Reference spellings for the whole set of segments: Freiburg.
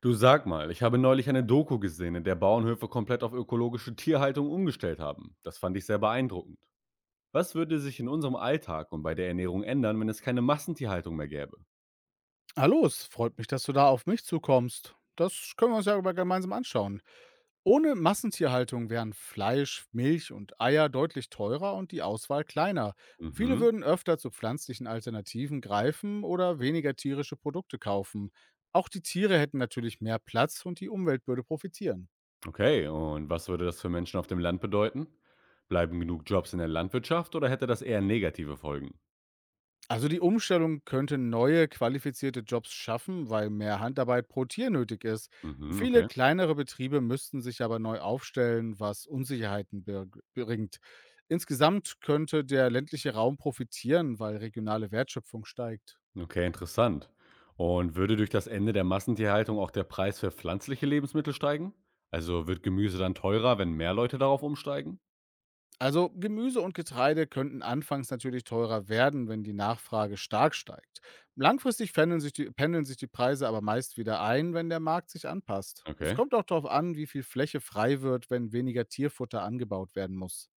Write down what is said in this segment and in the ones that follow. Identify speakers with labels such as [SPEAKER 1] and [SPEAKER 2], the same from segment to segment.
[SPEAKER 1] Du sag mal, ich habe neulich eine Doku gesehen, in der Bauernhöfe komplett auf ökologische Tierhaltung umgestellt haben. Das fand ich sehr beeindruckend. Was würde sich in unserem Alltag und bei der Ernährung ändern, wenn es keine Massentierhaltung mehr gäbe?
[SPEAKER 2] Hallo, es freut mich, dass du da auf mich zukommst. Das können wir uns ja mal gemeinsam anschauen. Ohne Massentierhaltung wären Fleisch, Milch und Eier deutlich teurer und die Auswahl kleiner. Viele
[SPEAKER 1] Mhm.
[SPEAKER 2] würden öfter zu pflanzlichen Alternativen greifen oder weniger tierische Produkte kaufen. Auch die Tiere hätten natürlich mehr Platz und die Umwelt würde profitieren.
[SPEAKER 1] Okay, und was würde das für Menschen auf dem Land bedeuten? Bleiben genug Jobs in der Landwirtschaft oder hätte das eher negative Folgen?
[SPEAKER 2] Also die Umstellung könnte neue qualifizierte Jobs schaffen, weil mehr Handarbeit pro Tier nötig ist.
[SPEAKER 1] Mhm,
[SPEAKER 2] Viele
[SPEAKER 1] okay.
[SPEAKER 2] kleinere Betriebe müssten sich aber neu aufstellen, was Unsicherheiten bringt. Insgesamt könnte der ländliche Raum profitieren, weil regionale Wertschöpfung steigt.
[SPEAKER 1] Okay, interessant. Und würde durch das Ende der Massentierhaltung auch der Preis für pflanzliche Lebensmittel steigen? Also wird Gemüse dann teurer, wenn mehr Leute darauf umsteigen?
[SPEAKER 2] Also Gemüse und Getreide könnten anfangs natürlich teurer werden, wenn die Nachfrage stark steigt. Langfristig pendeln sich die Preise aber meist wieder ein, wenn der Markt sich anpasst. Es
[SPEAKER 1] Okay.
[SPEAKER 2] kommt auch darauf an, wie viel Fläche frei wird, wenn weniger Tierfutter angebaut werden muss.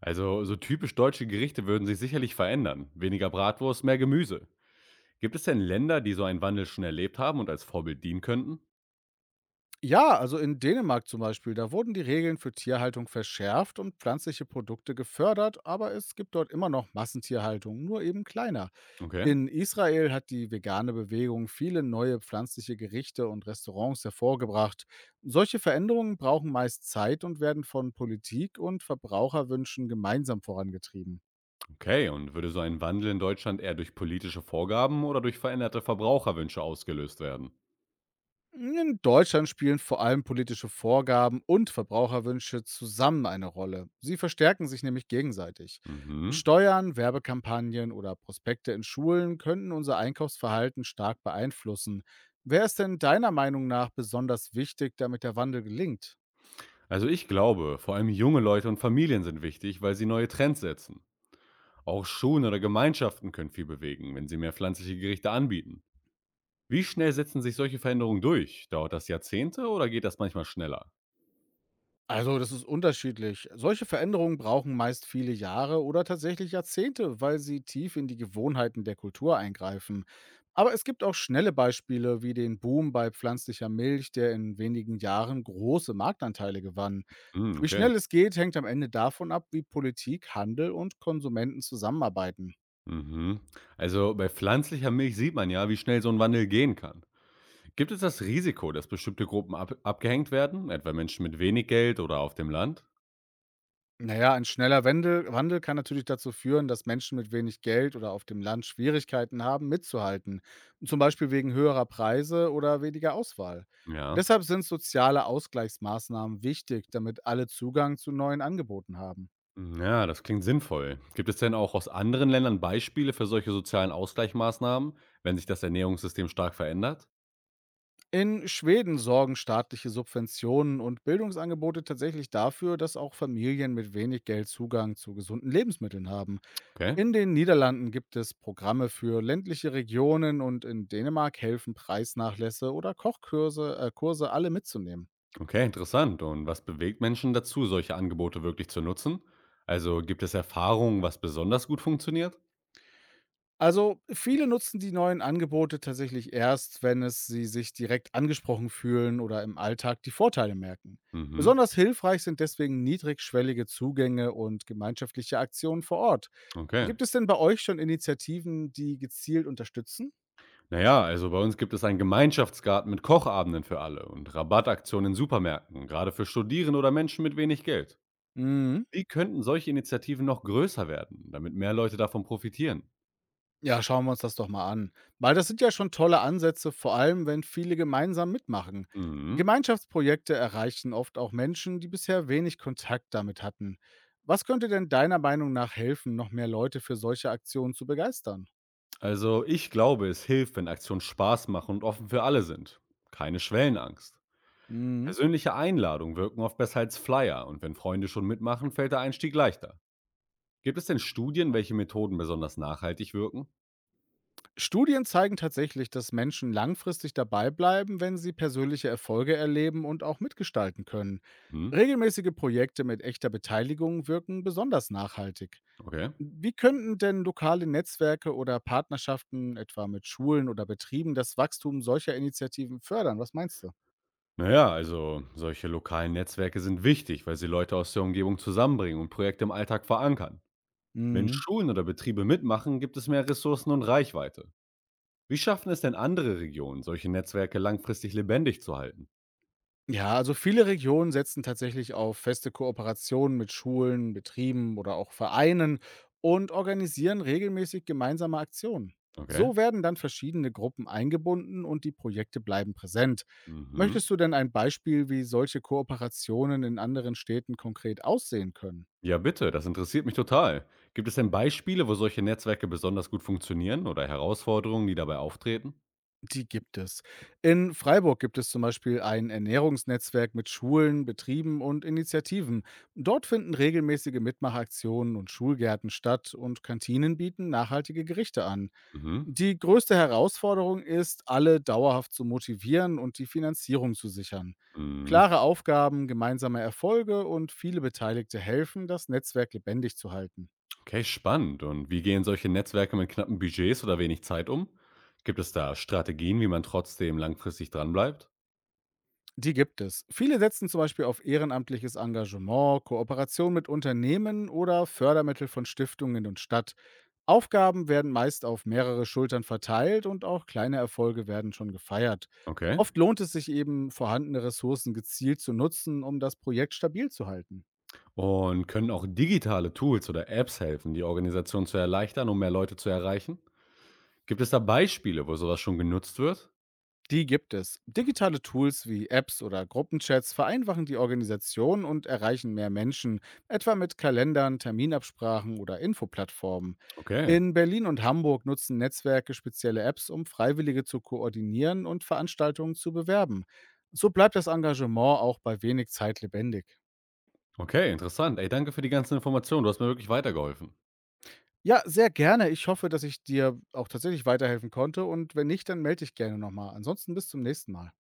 [SPEAKER 1] Also, so typisch deutsche Gerichte würden sich sicherlich verändern. Weniger Bratwurst, mehr Gemüse. Gibt es denn Länder, die so einen Wandel schon erlebt haben und als Vorbild dienen könnten?
[SPEAKER 2] Ja, also in Dänemark zum Beispiel, da wurden die Regeln für Tierhaltung verschärft und pflanzliche Produkte gefördert, aber es gibt dort immer noch Massentierhaltung, nur eben kleiner.
[SPEAKER 1] Okay.
[SPEAKER 2] In Israel hat die vegane Bewegung viele neue pflanzliche Gerichte und Restaurants hervorgebracht. Solche Veränderungen brauchen meist Zeit und werden von Politik und Verbraucherwünschen gemeinsam vorangetrieben.
[SPEAKER 1] Okay, und würde so ein Wandel in Deutschland eher durch politische Vorgaben oder durch veränderte Verbraucherwünsche ausgelöst werden?
[SPEAKER 2] In Deutschland spielen vor allem politische Vorgaben und Verbraucherwünsche zusammen eine Rolle. Sie verstärken sich nämlich gegenseitig.
[SPEAKER 1] Mhm.
[SPEAKER 2] Steuern, Werbekampagnen oder Prospekte in Schulen könnten unser Einkaufsverhalten stark beeinflussen. Wer ist denn deiner Meinung nach besonders wichtig, damit der Wandel gelingt?
[SPEAKER 1] Also ich glaube, vor allem junge Leute und Familien sind wichtig, weil sie neue Trends setzen. Auch Schulen oder Gemeinschaften können viel bewegen, wenn sie mehr pflanzliche Gerichte anbieten. Wie schnell setzen sich solche Veränderungen durch? Dauert das Jahrzehnte oder geht das manchmal schneller?
[SPEAKER 2] Also, das ist unterschiedlich. Solche Veränderungen brauchen meist viele Jahre oder tatsächlich Jahrzehnte, weil sie tief in die Gewohnheiten der Kultur eingreifen. Aber es gibt auch schnelle Beispiele wie den Boom bei pflanzlicher Milch, der in wenigen Jahren große Marktanteile gewann.
[SPEAKER 1] Hm,
[SPEAKER 2] Wie
[SPEAKER 1] okay.
[SPEAKER 2] schnell es geht, hängt am Ende davon ab, wie Politik, Handel und Konsumenten zusammenarbeiten.
[SPEAKER 1] Mhm. Also bei pflanzlicher Milch sieht man ja, wie schnell so ein Wandel gehen kann. Gibt es das Risiko, dass bestimmte Gruppen ab abgehängt werden, etwa Menschen mit wenig Geld oder auf dem Land?
[SPEAKER 2] Na ja, ein schneller Wendel Wandel kann natürlich dazu führen, dass Menschen mit wenig Geld oder auf dem Land Schwierigkeiten haben, mitzuhalten, zum Beispiel wegen höherer Preise oder weniger Auswahl.
[SPEAKER 1] Ja.
[SPEAKER 2] Deshalb sind soziale Ausgleichsmaßnahmen wichtig, damit alle Zugang zu neuen Angeboten haben.
[SPEAKER 1] Ja, das klingt sinnvoll. Gibt es denn auch aus anderen Ländern Beispiele für solche sozialen Ausgleichsmaßnahmen, wenn sich das Ernährungssystem stark verändert?
[SPEAKER 2] In Schweden sorgen staatliche Subventionen und Bildungsangebote tatsächlich dafür, dass auch Familien mit wenig Geld Zugang zu gesunden Lebensmitteln haben.
[SPEAKER 1] Okay.
[SPEAKER 2] In den Niederlanden gibt es Programme für ländliche Regionen und in Dänemark helfen Preisnachlässe oder Kurse alle mitzunehmen.
[SPEAKER 1] Okay, interessant. Und was bewegt Menschen dazu, solche Angebote wirklich zu nutzen? Also gibt es Erfahrungen, was besonders gut funktioniert?
[SPEAKER 2] Also viele nutzen die neuen Angebote tatsächlich erst, wenn es sie sich direkt angesprochen fühlen oder im Alltag die Vorteile merken.
[SPEAKER 1] Mhm.
[SPEAKER 2] Besonders hilfreich sind deswegen niedrigschwellige Zugänge und gemeinschaftliche Aktionen vor Ort.
[SPEAKER 1] Okay.
[SPEAKER 2] Gibt es denn bei euch schon Initiativen, die gezielt unterstützen?
[SPEAKER 1] Na ja, also bei uns gibt es einen Gemeinschaftsgarten mit Kochabenden für alle und Rabattaktionen in Supermärkten, gerade für Studierende oder Menschen mit wenig Geld.
[SPEAKER 2] Mhm.
[SPEAKER 1] Wie könnten solche Initiativen noch größer werden, damit mehr Leute davon profitieren?
[SPEAKER 2] Ja, schauen wir uns das doch mal an. Weil das sind ja schon tolle Ansätze, vor allem wenn viele gemeinsam mitmachen.
[SPEAKER 1] Mhm.
[SPEAKER 2] Gemeinschaftsprojekte erreichen oft auch Menschen, die bisher wenig Kontakt damit hatten. Was könnte denn deiner Meinung nach helfen, noch mehr Leute für solche Aktionen zu begeistern?
[SPEAKER 1] Also ich glaube, es hilft, wenn Aktionen Spaß machen und offen für alle sind. Keine Schwellenangst.
[SPEAKER 2] Mhm.
[SPEAKER 1] Persönliche Einladungen wirken oft besser als Flyer, und wenn Freunde schon mitmachen, fällt der Einstieg leichter. Gibt es denn Studien, welche Methoden besonders nachhaltig wirken?
[SPEAKER 2] Studien zeigen tatsächlich, dass Menschen langfristig dabei bleiben, wenn sie persönliche Erfolge erleben und auch mitgestalten können.
[SPEAKER 1] Hm,
[SPEAKER 2] Regelmäßige Projekte mit echter Beteiligung wirken besonders nachhaltig.
[SPEAKER 1] okay.
[SPEAKER 2] Wie könnten denn lokale Netzwerke oder Partnerschaften, etwa mit Schulen oder Betrieben, das Wachstum solcher Initiativen fördern? Was meinst du?
[SPEAKER 1] Naja, also solche lokalen Netzwerke sind wichtig, weil sie Leute aus der Umgebung zusammenbringen und Projekte im Alltag verankern. Wenn
[SPEAKER 2] Mhm.
[SPEAKER 1] Schulen oder Betriebe mitmachen, gibt es mehr Ressourcen und Reichweite. Wie schaffen es denn andere Regionen, solche Netzwerke langfristig lebendig zu halten?
[SPEAKER 2] Ja, also viele Regionen setzen tatsächlich auf feste Kooperationen mit Schulen, Betrieben oder auch Vereinen und organisieren regelmäßig gemeinsame Aktionen.
[SPEAKER 1] Okay.
[SPEAKER 2] So werden dann verschiedene Gruppen eingebunden und die Projekte bleiben präsent.
[SPEAKER 1] Mhm.
[SPEAKER 2] Möchtest du denn ein Beispiel, wie solche Kooperationen in anderen Städten konkret aussehen können?
[SPEAKER 1] Ja, bitte, das interessiert mich total. Gibt es denn Beispiele, wo solche Netzwerke besonders gut funktionieren, oder Herausforderungen, die dabei auftreten?
[SPEAKER 2] Die gibt es. In Freiburg gibt es zum Beispiel ein Ernährungsnetzwerk mit Schulen, Betrieben und Initiativen. Dort finden regelmäßige Mitmachaktionen und Schulgärten statt und Kantinen bieten nachhaltige Gerichte an.
[SPEAKER 1] Mhm.
[SPEAKER 2] Die größte Herausforderung ist, alle dauerhaft zu motivieren und die Finanzierung zu sichern.
[SPEAKER 1] Mhm.
[SPEAKER 2] Klare Aufgaben, gemeinsame Erfolge und viele Beteiligte helfen, das Netzwerk lebendig zu halten.
[SPEAKER 1] Okay, spannend. Und wie gehen solche Netzwerke mit knappen Budgets oder wenig Zeit um? Gibt es da Strategien, wie man trotzdem langfristig dranbleibt?
[SPEAKER 2] Die gibt es. Viele setzen zum Beispiel auf ehrenamtliches Engagement, Kooperation mit Unternehmen oder Fördermittel von Stiftungen und Stadt. Aufgaben werden meist auf mehrere Schultern verteilt und auch kleine Erfolge werden schon gefeiert.
[SPEAKER 1] Okay.
[SPEAKER 2] Oft lohnt es sich eben, vorhandene Ressourcen gezielt zu nutzen, um das Projekt stabil zu halten.
[SPEAKER 1] Und können auch digitale Tools oder Apps helfen, die Organisation zu erleichtern, um mehr Leute zu erreichen? Gibt es da Beispiele, wo sowas schon genutzt wird?
[SPEAKER 2] Die gibt es. Digitale Tools wie Apps oder Gruppenchats vereinfachen die Organisation und erreichen mehr Menschen, etwa mit Kalendern, Terminabsprachen oder Infoplattformen.
[SPEAKER 1] Okay.
[SPEAKER 2] In Berlin und Hamburg nutzen Netzwerke spezielle Apps, um Freiwillige zu koordinieren und Veranstaltungen zu bewerben. So bleibt das Engagement auch bei wenig Zeit lebendig.
[SPEAKER 1] Okay, interessant. Ey, danke für die ganzen Informationen. Du hast mir wirklich weitergeholfen.
[SPEAKER 2] Ja, sehr gerne. Ich hoffe, dass ich dir auch tatsächlich weiterhelfen konnte und wenn nicht, dann melde dich gerne nochmal. Ansonsten bis zum nächsten Mal.